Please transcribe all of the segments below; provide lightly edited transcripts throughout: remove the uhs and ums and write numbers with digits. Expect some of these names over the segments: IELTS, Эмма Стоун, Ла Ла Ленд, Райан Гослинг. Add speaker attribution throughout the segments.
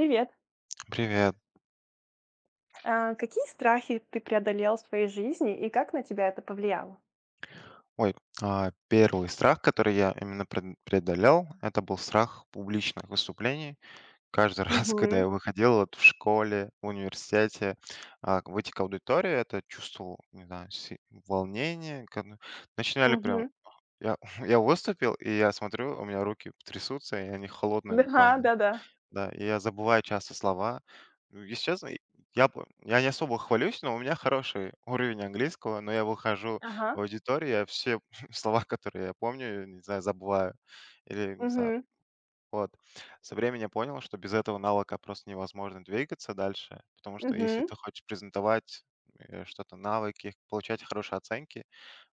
Speaker 1: Привет.
Speaker 2: Привет.
Speaker 1: Какие страхи ты преодолел в своей жизни и как на тебя это повлияло?
Speaker 2: Ой, первый страх, который я именно преодолел, это был страх публичных выступлений. Каждый раз, когда
Speaker 1: Мгм,
Speaker 2: я выходил вот в школе, в университете, выйти к аудитории, это чувствовал, не знаю, волнение, как бы. Начинали прям.
Speaker 1: мгм.
Speaker 2: Я, я выступил, и я смотрю, у меня руки трясутся, и они холодные
Speaker 1: Да,
Speaker 2: буквально.
Speaker 1: да-да.
Speaker 2: Да, и я забываю часто слова. Ну, если честно, я не особо хвалюсь, но у меня хороший уровень английского, но я выхожу в
Speaker 1: Ага.
Speaker 2: аудиторию, я все слова, которые я помню, не знаю, забываю или не знаю.
Speaker 1: Мгм,
Speaker 2: Вот. Со временем я понял, что без этого навыка просто невозможно двигаться дальше, потому что если
Speaker 1: мгм,
Speaker 2: ты хочешь презентовать что-то, навыки, получать хорошие оценки,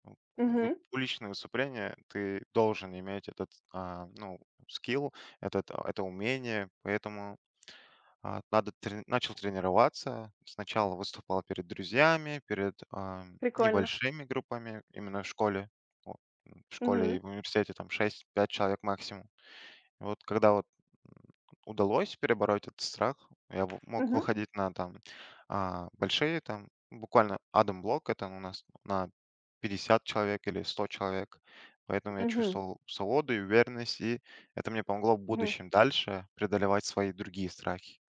Speaker 2: ну,
Speaker 1: мгм.
Speaker 2: публичное выступление, ты должен иметь этот, ну, скилл, этот, это умение, поэтому надо трени начал тренироваться. Сначала выступал перед друзьями, перед,
Speaker 1: Прикольно.
Speaker 2: небольшими группами именно в школе. Вот, в школе
Speaker 1: Мгм,
Speaker 2: и в университете там шесть, пять человек максимум. И вот когда вот, м, удалось перебороть этот страх, я в мог
Speaker 1: мгм,
Speaker 2: выходить на там, большие там, буквально адом-блок, это у нас на 50 человек или 100 человек. Поэтому я
Speaker 1: мгм,
Speaker 2: чувствовал свободу и уверенность, и это мне помогло в
Speaker 1: мгм.
Speaker 2: будущем дальше преодолевать свои другие страхи.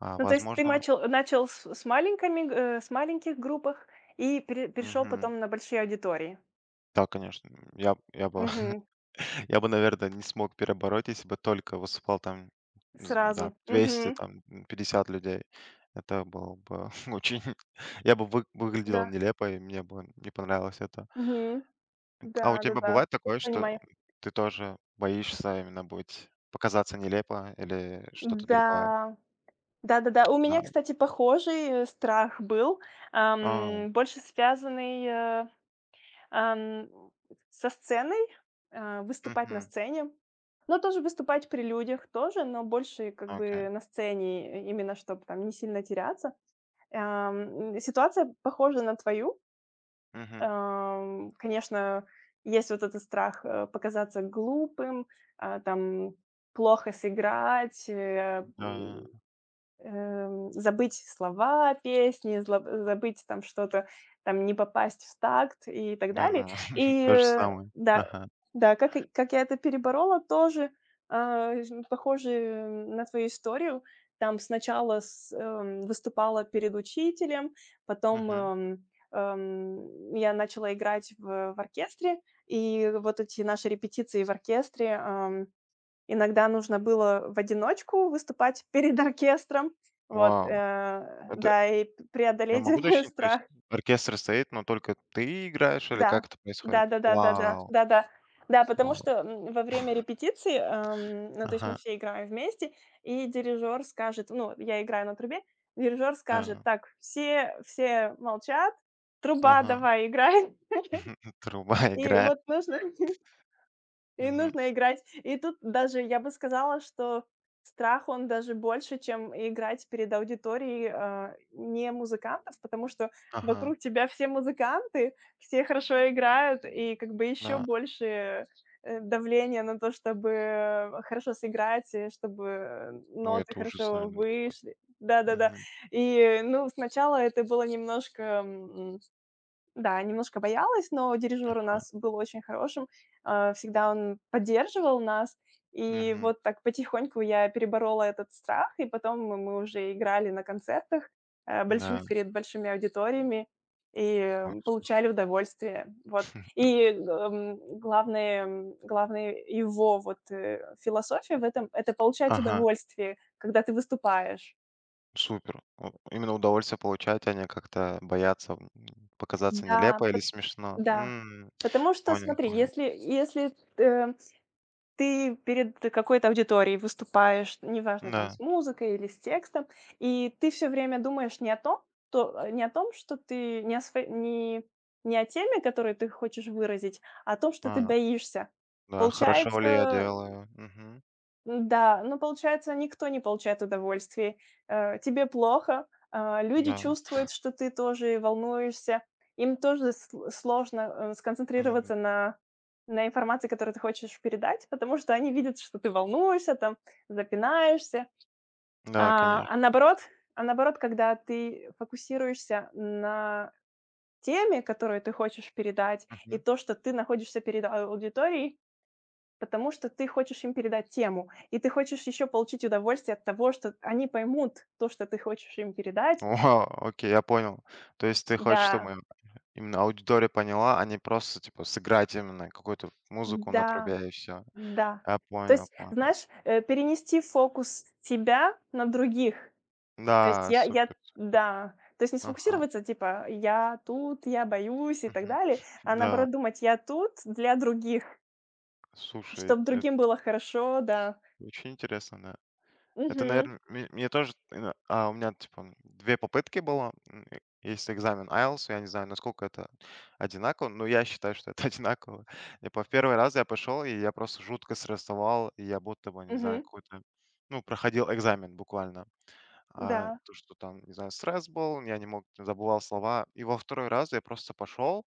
Speaker 1: Ну, то есть ты
Speaker 2: Возможно.
Speaker 1: начал с с маленьких группах и перешел
Speaker 2: Мгм.
Speaker 1: потом на большие аудитории?
Speaker 2: Да, конечно. Я бы
Speaker 1: Мгм.
Speaker 2: я бы, наверное, не смог перебороть, если бы только выступал там, з да,
Speaker 1: Сразу.
Speaker 2: 200,
Speaker 1: Мгм.
Speaker 2: там, 50 людей. Это было бы очень я бы вы выглядел
Speaker 1: Да.
Speaker 2: нелепо, и мне бы не понравилось это.
Speaker 1: Мгм.
Speaker 2: А у тебя
Speaker 1: Да-да-да.
Speaker 2: бывает такое, что
Speaker 1: Понимаю.
Speaker 2: ты тоже боишься именно быть показаться нелепо или что-то другое?
Speaker 1: Да. Да-да-да. У меня,
Speaker 2: Да.
Speaker 1: кстати, похожий, э, страх был,
Speaker 2: А,
Speaker 1: больше связанный, ам, со сценой, выступать на
Speaker 2: мгм.
Speaker 1: сцене. Но тоже выступать при людях тоже, но больше как
Speaker 2: Окей.
Speaker 1: бы на сцене, и именно чтобы там не сильно теряться. Ситуация похожа на твою.
Speaker 2: Мгм.
Speaker 1: Конечно, есть вот этот страх, показаться глупым, там плохо сыграть,
Speaker 2: Да,
Speaker 1: забыть слова песни, забыть там что-то, там не попасть в такт и так
Speaker 2: да,
Speaker 1: далее.
Speaker 2: ну,
Speaker 1: И,
Speaker 2: то же самое.
Speaker 1: да,
Speaker 2: Ага.
Speaker 1: да, как я это переборола, тоже, а, жн похоже, на твою историю. Там сначала с выступала перед учителем, потом,
Speaker 2: Мгм.
Speaker 1: я начала играть в оркестре, и вот эти наши репетиции в оркестре. Иногда нужно было в одиночку выступать перед оркестром. Вот,
Speaker 2: Вау! Это
Speaker 1: да, и п
Speaker 2: я
Speaker 1: преодолеть
Speaker 2: могу уточнить, то
Speaker 1: страх.
Speaker 2: есть оркестр стоит, но только ты играешь или
Speaker 1: Да.
Speaker 2: как это происходит?
Speaker 1: Да-да-да-да-да. Да-да.
Speaker 2: Вау,
Speaker 1: Да, да, да, да, да. Да, потому
Speaker 2: вау.
Speaker 1: что, во время репетиции, ну, то есть мы
Speaker 2: Ага,
Speaker 1: все играем вместе, и дирижер скажет, ну, я играю на трубе, дирижер скажет:
Speaker 2: да,
Speaker 1: "Так, все молчат, труба
Speaker 2: ага.
Speaker 1: давай играй".
Speaker 2: Труба
Speaker 1: И
Speaker 2: играет.
Speaker 1: вот нужно И
Speaker 2: Мгм.
Speaker 1: нужно играть. И тут даже я бы сказала, что страх, он даже больше, чем играть перед аудиторией, не музыкантов, потому что
Speaker 2: Ага,
Speaker 1: вокруг тебя все музыканты, все хорошо играют, и как бы еще
Speaker 2: да.
Speaker 1: больше, давление на то, чтобы хорошо сыграть, и чтобы
Speaker 2: Ну,
Speaker 1: ноты
Speaker 2: это ужас,
Speaker 1: хорошо
Speaker 2: наверное.
Speaker 1: вышли. Да-да-да.
Speaker 2: Мгм,
Speaker 1: И, ну, сначала это было немножко, да, немножко боялась, но дирижер у
Speaker 2: ага,
Speaker 1: нас был очень хорошим. Всегда он поддерживал нас. И
Speaker 2: мгм,
Speaker 1: вот так потихоньку я переборола этот страх, и потом мы уже играли на концертах,
Speaker 2: да.
Speaker 1: больших, перед большими аудиториями и,
Speaker 2: Ой, слушай.
Speaker 1: получали удовольствие. Вот. И, главное его вот, философия это получать
Speaker 2: Ага,
Speaker 1: удовольствие, когда ты выступаешь.
Speaker 2: супер. О, именно удовольствие получать, а не как-то бояться показаться
Speaker 1: Да,
Speaker 2: нелепо или
Speaker 1: пот
Speaker 2: смешно.
Speaker 1: да. Потому что,
Speaker 2: Понял,
Speaker 1: смотри,
Speaker 2: понял.
Speaker 1: если, ты перед какой-то аудиторией выступаешь, неважно, там, с
Speaker 2: Да,
Speaker 1: музыкой или с текстом, и ты все время думаешь не о том, не о том, что ты не о сво не не о теме, которую ты хочешь выразить, а о том, что ты
Speaker 2: а,
Speaker 1: боишься.
Speaker 2: да, хорошо ли я
Speaker 1: Получается,
Speaker 2: делаю? Мгм.
Speaker 1: получается, никто не получает удовольствия. Тебе плохо, люди
Speaker 2: Да,
Speaker 1: чувствуют, что ты тоже волнуешься. Им тоже сл сложно,
Speaker 2: м,
Speaker 1: сконцентрироваться на информации, которую ты хочешь передать, потому что они видят, что ты волнуешься, там, запинаешься.
Speaker 2: да,
Speaker 1: А, а
Speaker 2: конечно.
Speaker 1: наоборот а наоборот, когда ты фокусируешься на теме, которую ты хочешь передать, и
Speaker 2: Мгм.
Speaker 1: то, что ты находишься перед аудиторией. Потому что ты хочешь им передать тему, и ты хочешь еще получить удовольствие от того, что они поймут то, что ты хочешь им передать.
Speaker 2: О, окей, я понял. То есть ты хочешь,
Speaker 1: Да,
Speaker 2: чтобы именно аудитория поняла, а не просто, типа, сыграть именно какую-то музыку на
Speaker 1: да,
Speaker 2: трубе и все.
Speaker 1: да.
Speaker 2: Я
Speaker 1: То
Speaker 2: понял,
Speaker 1: есть,
Speaker 2: понял.
Speaker 1: знаешь, перенести фокус с тебя на других. То есть
Speaker 2: Да,
Speaker 1: я
Speaker 2: супер, супер.
Speaker 1: да. То есть не
Speaker 2: Ага.
Speaker 1: сфокусироваться, типа: "Я тут, я боюсь" и так
Speaker 2: Мгм.
Speaker 1: далее, а
Speaker 2: Да,
Speaker 1: наоборот думать: "Я тут для других",
Speaker 2: слушай,
Speaker 1: чтобы
Speaker 2: это
Speaker 1: другим было хорошо, да.
Speaker 2: очень интересно, да. Это,
Speaker 1: Угу,
Speaker 2: наверное, мне тоже, ина у меня, типа, 2 попытки было. Есть экзамен IELTS, я не знаю, насколько это одинаково, но я считаю, что это одинаково. И по первый раз я пошел, и я просто жутко стрессовал, и я будто бы, не знаю,
Speaker 1: угу,
Speaker 2: какой-то, ну, проходил экзамен буквально. А,
Speaker 1: да,
Speaker 2: то, что там, не знаю, стресс был, я не мог, забывал слова. И во второй раз я просто пошел,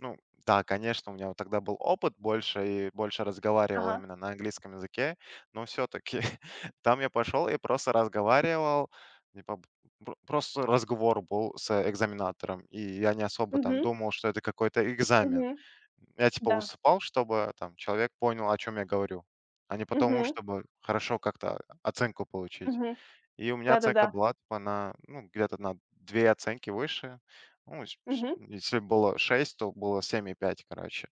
Speaker 2: ну да, конечно, у меня вот тогда был опыт больше и больше разговаривал
Speaker 1: ага.
Speaker 2: именно на английском языке, но все-таки там я пошел и просто разговаривал, типа, просто разговор был с экзаменатором, и я не особо там
Speaker 1: Угу,
Speaker 2: думал, что это какой-то экзамен.
Speaker 1: угу,
Speaker 2: Я типа
Speaker 1: да.
Speaker 2: выступал, чтобы там человек понял, о чем я говорю, а не потому,
Speaker 1: Угу,
Speaker 2: чтобы хорошо как-то оценку получить.
Speaker 1: угу.
Speaker 2: И у меня оценка
Speaker 1: Да-да-да.
Speaker 2: была типа на, ну, где-то на 2 оценки выше. Ну, с
Speaker 1: Мгм.
Speaker 2: если было 6, то было семь и пять, короче.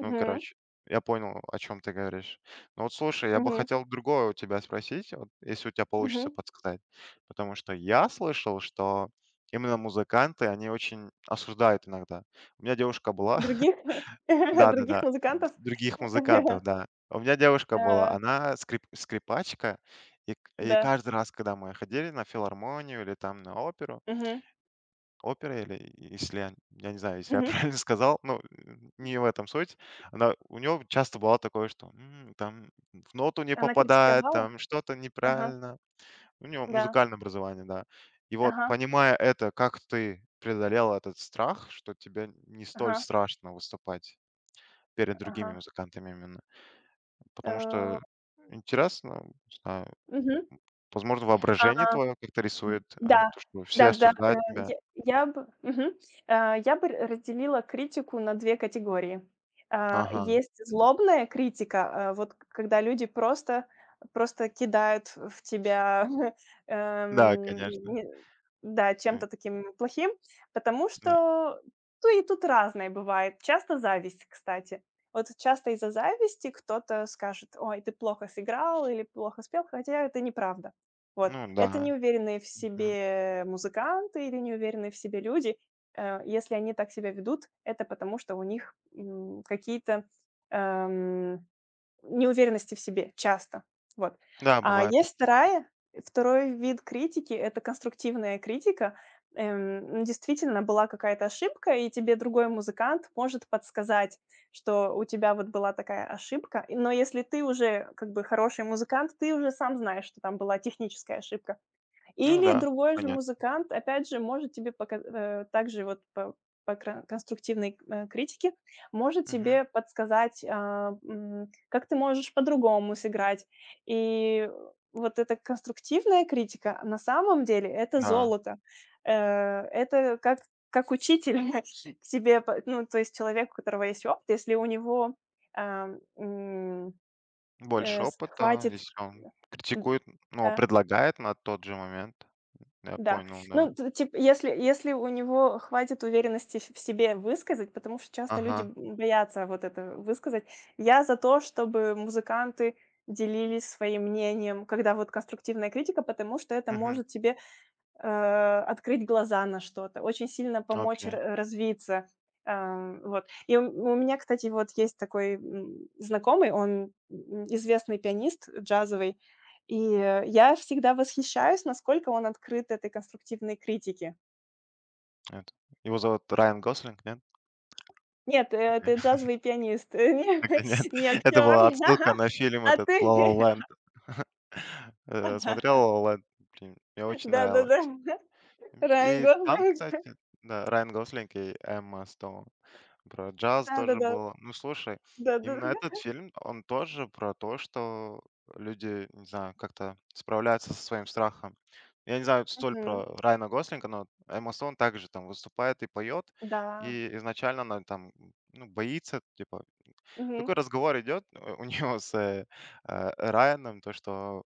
Speaker 2: Ну, короче, я понял, о чем ты говоришь. Ну вот слушай, я бы
Speaker 1: Мгм.
Speaker 2: хотел другое у тебя спросить, вот если у тебя получится
Speaker 1: Мгм.
Speaker 2: подсказать. Потому что я слышал, что именно музыканты, они очень осуждают иногда. У меня девушка была,
Speaker 1: Других других
Speaker 2: да-да-да, д
Speaker 1: музыкантов?
Speaker 2: других музыкантов, да. У меня девушка была,
Speaker 1: Э,
Speaker 2: она скрипачка, и к и
Speaker 1: да.
Speaker 2: каждый раз, когда мы ходили на филармонию или там на оперу,
Speaker 1: Мгм.
Speaker 2: опера или если я не знаю, если я
Speaker 1: Мгм.
Speaker 2: правильно сказал, ну, н не в этом суть. Она у нее часто бывало такое, что, там в ноту не
Speaker 1: Она
Speaker 2: попадает,
Speaker 1: критиковала?
Speaker 2: там что-то
Speaker 1: Ага.
Speaker 2: неправильно. У нее
Speaker 1: Да.
Speaker 2: музыкальное образование, да. И вот
Speaker 1: Ага.
Speaker 2: понимая это, как ты преодолела этот страх, что тебе не столь
Speaker 1: Ага.
Speaker 2: страшно выступать перед другими
Speaker 1: Ага.
Speaker 2: музыкантами именно? Потому
Speaker 1: Э,
Speaker 2: что интересно, не знаю,
Speaker 1: Мгм.
Speaker 2: возможно,
Speaker 1: А
Speaker 2: воображение твое как-то рисует,
Speaker 1: Да,
Speaker 2: то, что все
Speaker 1: да-да,
Speaker 2: осуждают тебя.
Speaker 1: я бы мгм, э, я бы р разделила критику на 2 категории.
Speaker 2: Ага.
Speaker 1: Есть злобная критика, вот к когда люди просто кидают в тебя,
Speaker 2: Да,
Speaker 1: эм,
Speaker 2: конечно.
Speaker 1: не да,
Speaker 2: М,
Speaker 1: чем-то таким плохим, потому
Speaker 2: да.
Speaker 1: что ну, и тут разное бывает. Часто зависть, кстати. Вот часто из-за зависти кто-то скажет: "Ой, ты плохо сыграл" или "плохо спел", хотя это неправда. Вот.
Speaker 2: Ну
Speaker 1: Это
Speaker 2: да.
Speaker 1: неуверенные в
Speaker 2: Мгм.
Speaker 1: себе музыканты или неуверенные в себе люди. Если они так себя ведут, это потому, что у них, какие-то, эм неуверенности в себе часто. Вот.
Speaker 2: Да,
Speaker 1: А
Speaker 2: бывает так.
Speaker 1: есть вторая Второй вид критики — это конструктивная критика. Ну, действительно, была какая-то ошибка, и тебе другой музыкант может подсказать, что у тебя вот была такая ошибка. Но если ты уже как бы хороший музыкант, ты уже сам знаешь, что там была техническая ошибка.
Speaker 2: Ну
Speaker 1: Или
Speaker 2: да,
Speaker 1: другой же
Speaker 2: понятно.
Speaker 1: музыкант, опять же, может тебе также вот по кра конструктивной, критике, может
Speaker 2: Мгм.
Speaker 1: тебе подсказать, как ты можешь по-другому сыграть. И вот эта конструктивная критика, на самом деле, это
Speaker 2: Да.
Speaker 1: золото. Э, это как учитель к тебе по ну, то есть человек, у которого есть опыт, если у него, а, м,
Speaker 2: Больше
Speaker 1: с
Speaker 2: опыта,
Speaker 1: хватит,
Speaker 2: если он
Speaker 1: м,
Speaker 2: критикует, но
Speaker 1: э
Speaker 2: предлагает на тот же момент. Я
Speaker 1: да.
Speaker 2: понял, да.
Speaker 1: Ну, т типа, если у него хватит уверенности в себе высказать, потому что часто люди
Speaker 2: Ага.
Speaker 1: б боятся вот это высказать. Я за то, чтобы музыканты делились своим мнением, когда вот конструктивная критика, потому что это
Speaker 2: Мгм.
Speaker 1: может тебе э, открыть глаза на что-то, очень сильно помочь
Speaker 2: Окей.
Speaker 1: развиться. Вот. И у меня, кстати, вот есть такой, знакомый, он, известный пианист джазовый, и я всегда восхищаюсь, насколько он открыт этой конструктивной критике.
Speaker 2: Это. Его зовут Райан Гослинг, нет?
Speaker 1: Нет, это джазовый пианист,
Speaker 2: Нет,
Speaker 1: не не
Speaker 2: это
Speaker 1: актер.
Speaker 2: была отсылка на фильм
Speaker 1: А
Speaker 2: этот
Speaker 1: ты
Speaker 2: "Ла Ла Ленд". Смотрел "Ла Ла Ленд"? Блин, мне очень
Speaker 1: Да-да-да.
Speaker 2: нравилось.
Speaker 1: Райан
Speaker 2: И там,
Speaker 1: Гослинг.
Speaker 2: кстати, да, Райан Гослинг и Эмма Стоун. Про джаз тоже
Speaker 1: Да-да-да.
Speaker 2: было. Ну, слушай,
Speaker 1: Да-да-да.
Speaker 2: именно этот фильм, он тоже про то, что люди, не знаю, как-то справляются со своим страхом. Я не знаю столь
Speaker 1: Мгм.
Speaker 2: про Райана Гослинга, но Эмма Стоун также там выступает и поет.
Speaker 1: Да.
Speaker 2: И изначально она там, ну, боится, типа
Speaker 1: Мгм.
Speaker 2: такой разговор идет у него с Райаном, то что,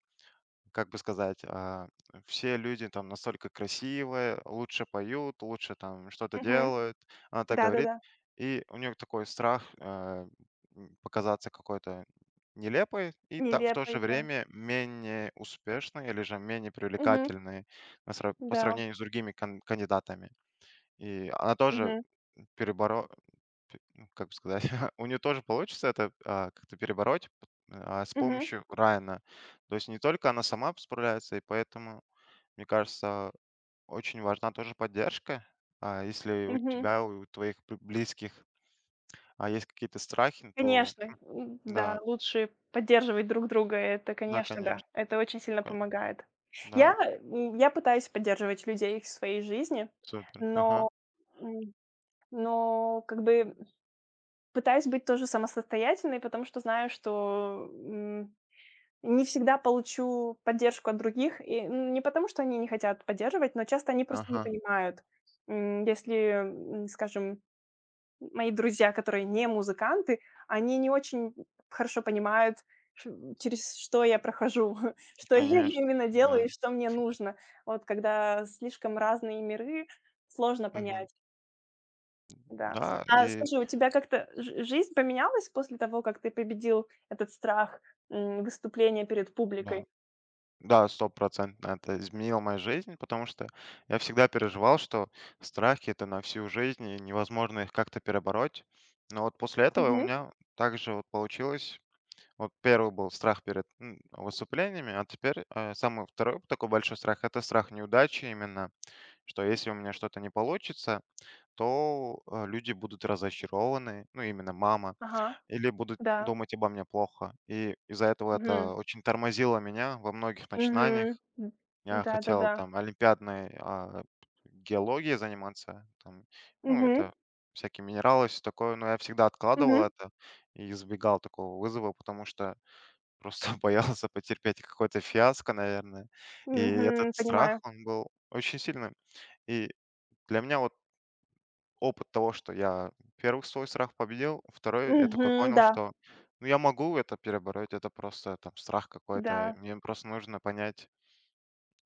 Speaker 2: как бы сказать, все люди там настолько красивые, лучше поют, лучше там что-то
Speaker 1: Мгм.
Speaker 2: делают. Она так говорит.
Speaker 1: Да-да-да.
Speaker 2: И у нее такой страх показаться какой-то нелепой и в то
Speaker 1: Нелепой,
Speaker 2: же
Speaker 1: да.
Speaker 2: время менее успешной или же менее
Speaker 1: Мгм.
Speaker 2: привлекательной по
Speaker 1: Да.
Speaker 2: сравнению с другими кандидатами. И она тоже
Speaker 1: Мгм.
Speaker 2: переборо- П ну, как бы сказать, у нее тоже получится это, как-то перебороть, с
Speaker 1: Мгм.
Speaker 2: помощью Райана. То есть не только она сама справляется, и поэтому, мне кажется, очень важна тоже поддержка. Если у
Speaker 1: Мгм.
Speaker 2: тебя, у твоих п близких, есть какие-то страхи, то
Speaker 1: Конечно, да,
Speaker 2: да,
Speaker 1: лучше поддерживать друг друга. Это,
Speaker 2: да,
Speaker 1: конечно, да,
Speaker 2: конечно,
Speaker 1: это очень сильно
Speaker 2: ка
Speaker 1: помогает.
Speaker 2: да,
Speaker 1: Я, я пытаюсь поддерживать людей в своей жизни,
Speaker 2: супер. Ага,
Speaker 1: но, м, но как бы пытаюсь быть тоже самосостоятельной, потому что знаю, что, не всегда получу поддержку от других. И, не потому, что они не хотят поддерживать, но часто они просто не
Speaker 2: ага,
Speaker 1: понимают. Если, скажем, мои друзья, которые не музыканты, они не очень хорошо понимают, ш через что я прохожу, что я
Speaker 2: конечно,
Speaker 1: именно делаю
Speaker 2: да,
Speaker 1: и что мне нужно. Вот когда слишком разные миры, сложно
Speaker 2: мгм.
Speaker 1: понять, да.
Speaker 2: Да,
Speaker 1: А
Speaker 2: и
Speaker 1: скажи, у тебя как-то жи жизнь поменялась после того, как ты победил этот страх, выступления перед
Speaker 2: да.
Speaker 1: публикой?
Speaker 2: Да, стопроцентно это изменило мою жизнь, потому что я всегда переживал, что страхи это на всю жизнь и невозможно их как-то перебороть. Но вот после этого у
Speaker 1: Мгм.
Speaker 2: меня также вот получилось. Вот первый был страх перед выступлениями, а теперь самый второй вот такой большой страх это страх неудачи именно, что если у меня что-то не получится, то люди будут разочарованы, ну именно мама,
Speaker 1: Ага.
Speaker 2: или будут
Speaker 1: Да.
Speaker 2: думать обо мне плохо. И из-за этого это
Speaker 1: Мгм.
Speaker 2: очень тормозило меня во многих
Speaker 1: Мгм.
Speaker 2: начинаниях.
Speaker 1: М.
Speaker 2: Я хотел
Speaker 1: Да-да-да.
Speaker 2: там олимпиадной, геологией заниматься, там, ну,
Speaker 1: Мгм.
Speaker 2: это всякие минералы, все такое, но я всегда откладывал
Speaker 1: Мгм.
Speaker 2: это и избегал такого вызова, потому что просто боялся потерпеть какое-то фиаско, наверное. И этот
Speaker 1: Мгм.
Speaker 2: страх,
Speaker 1: Понимаю.
Speaker 2: он был очень сильным. И для меня вот опыт того, что я первый свой страх победил, второй я такой
Speaker 1: Мгм.
Speaker 2: понял,
Speaker 1: Да.
Speaker 2: что, ну, я могу это перебороть, это просто там страх какой-то,
Speaker 1: Да.
Speaker 2: мне просто нужно понять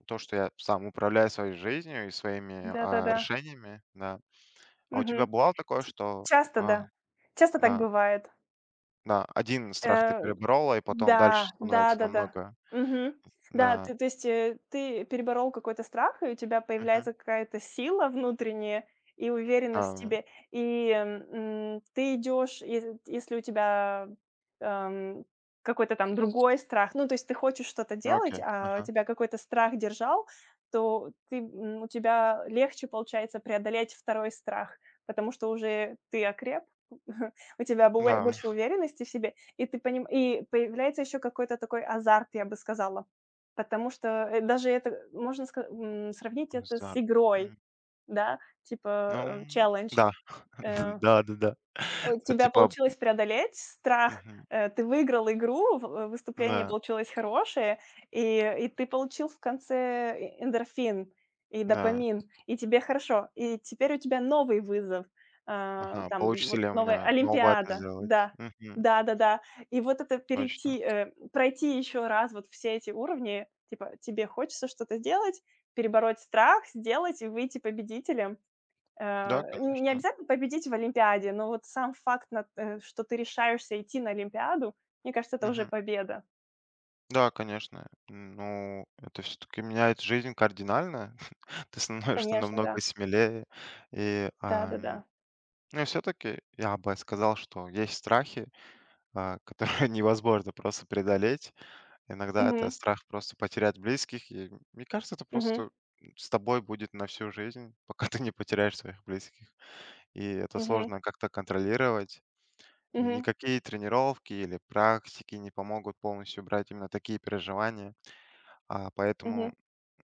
Speaker 2: то, что я сам управляю своей жизнью и своими,
Speaker 1: Да-да-да.
Speaker 2: решениями, да. А у тебя
Speaker 1: Мгм.
Speaker 2: бывало такое, что,
Speaker 1: Часто,
Speaker 2: а,
Speaker 1: да. Часто так
Speaker 2: да,
Speaker 1: бывает.
Speaker 2: да, один страх ты
Speaker 1: Э,
Speaker 2: переборола, и потом дальше
Speaker 1: да,
Speaker 2: становится
Speaker 1: да-да-да.
Speaker 2: намного.
Speaker 1: Мгм. Да,
Speaker 2: Да.
Speaker 1: ты то есть, ты переборол какой-то страх, и у тебя
Speaker 2: Мгм.
Speaker 1: появляется какая-то сила внутренняя и уверенность в
Speaker 2: А,
Speaker 1: себе. И, ты идешь, ес если у тебя, эм, какой-то там другой страх, ну, то есть ты хочешь что-то делать,
Speaker 2: окей.
Speaker 1: а
Speaker 2: Ага.
Speaker 1: тебя какой-то страх держал, то у тебя легче получается преодолеть второй страх, потому что уже ты окреп, у тебя бо
Speaker 2: Да.
Speaker 1: больше уверенности в себе. И ты поним и появляется еще какой-то такой азарт, я бы сказала. Потому что, даже это можно сравнить это с
Speaker 2: Здра
Speaker 1: игрой,
Speaker 2: М,
Speaker 1: да,
Speaker 2: ну
Speaker 1: типа, челлендж.
Speaker 2: да.
Speaker 1: Э,
Speaker 2: Да-да-да.
Speaker 1: у тебя
Speaker 2: Типа.
Speaker 1: получилось преодолеть страх,
Speaker 2: Мгм.
Speaker 1: ты выиграл игру, выступление
Speaker 2: Да,
Speaker 1: получилось хорошее, и ты получил в конце эндорфин и
Speaker 2: да.
Speaker 1: допамин, и тебе хорошо. И теперь у тебя новый вызов,
Speaker 2: Ага.
Speaker 1: там
Speaker 2: Получится
Speaker 1: вот
Speaker 2: ли у
Speaker 1: новая
Speaker 2: меня новое это
Speaker 1: олимпиада.
Speaker 2: сделать?
Speaker 1: Да.
Speaker 2: Мгм.
Speaker 1: Да-да-да. И вот это
Speaker 2: Точно.
Speaker 1: пройти еще раз вот все эти уровни, типа тебе хочется что-то сделать, перебороть страх, сделать и выйти победителем. Э,
Speaker 2: Да,
Speaker 1: Не
Speaker 2: конечно.
Speaker 1: обязательно победить в олимпиаде, но вот сам факт, что ты решаешься идти на олимпиаду, мне кажется, это уже
Speaker 2: Мгм.
Speaker 1: победа.
Speaker 2: Да, конечно. Ну, это все-таки меняет жизнь кардинально. Ты становишься
Speaker 1: Конечно, да.
Speaker 2: намного смелее. И,
Speaker 1: Да-да-да.
Speaker 2: ну, все-таки я бы сказал, что есть страхи, которые невозможно просто преодолеть. Иногда это
Speaker 1: Мгм.
Speaker 2: страх просто потерять близких. И мне кажется, это
Speaker 1: Мгм.
Speaker 2: просто с тобой будет на всю жизнь, пока ты не потеряешь своих близких. И это
Speaker 1: Мгм.
Speaker 2: сложно как-то контролировать. И
Speaker 1: Мгм.
Speaker 2: никакие тренировки или практики не помогут полностью убрать именно такие переживания.
Speaker 1: Мгм.
Speaker 2: Поэтому.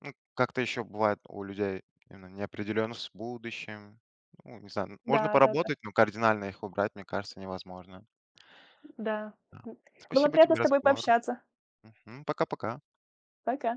Speaker 2: Ну, как-то еще бывает у людей именно неопределенность с будущим. Ну, не знаю, можно
Speaker 1: Да-да-да.
Speaker 2: поработать, но кардинально их убрать, мне кажется, невозможно.
Speaker 1: Да. Да,
Speaker 2: Да.
Speaker 1: да. М. Было
Speaker 2: Спасибо
Speaker 1: приятно
Speaker 2: тебе
Speaker 1: с
Speaker 2: за
Speaker 1: тобой
Speaker 2: разговор.
Speaker 1: пообщаться.
Speaker 2: Мгм. Пока-пока.
Speaker 1: Пока.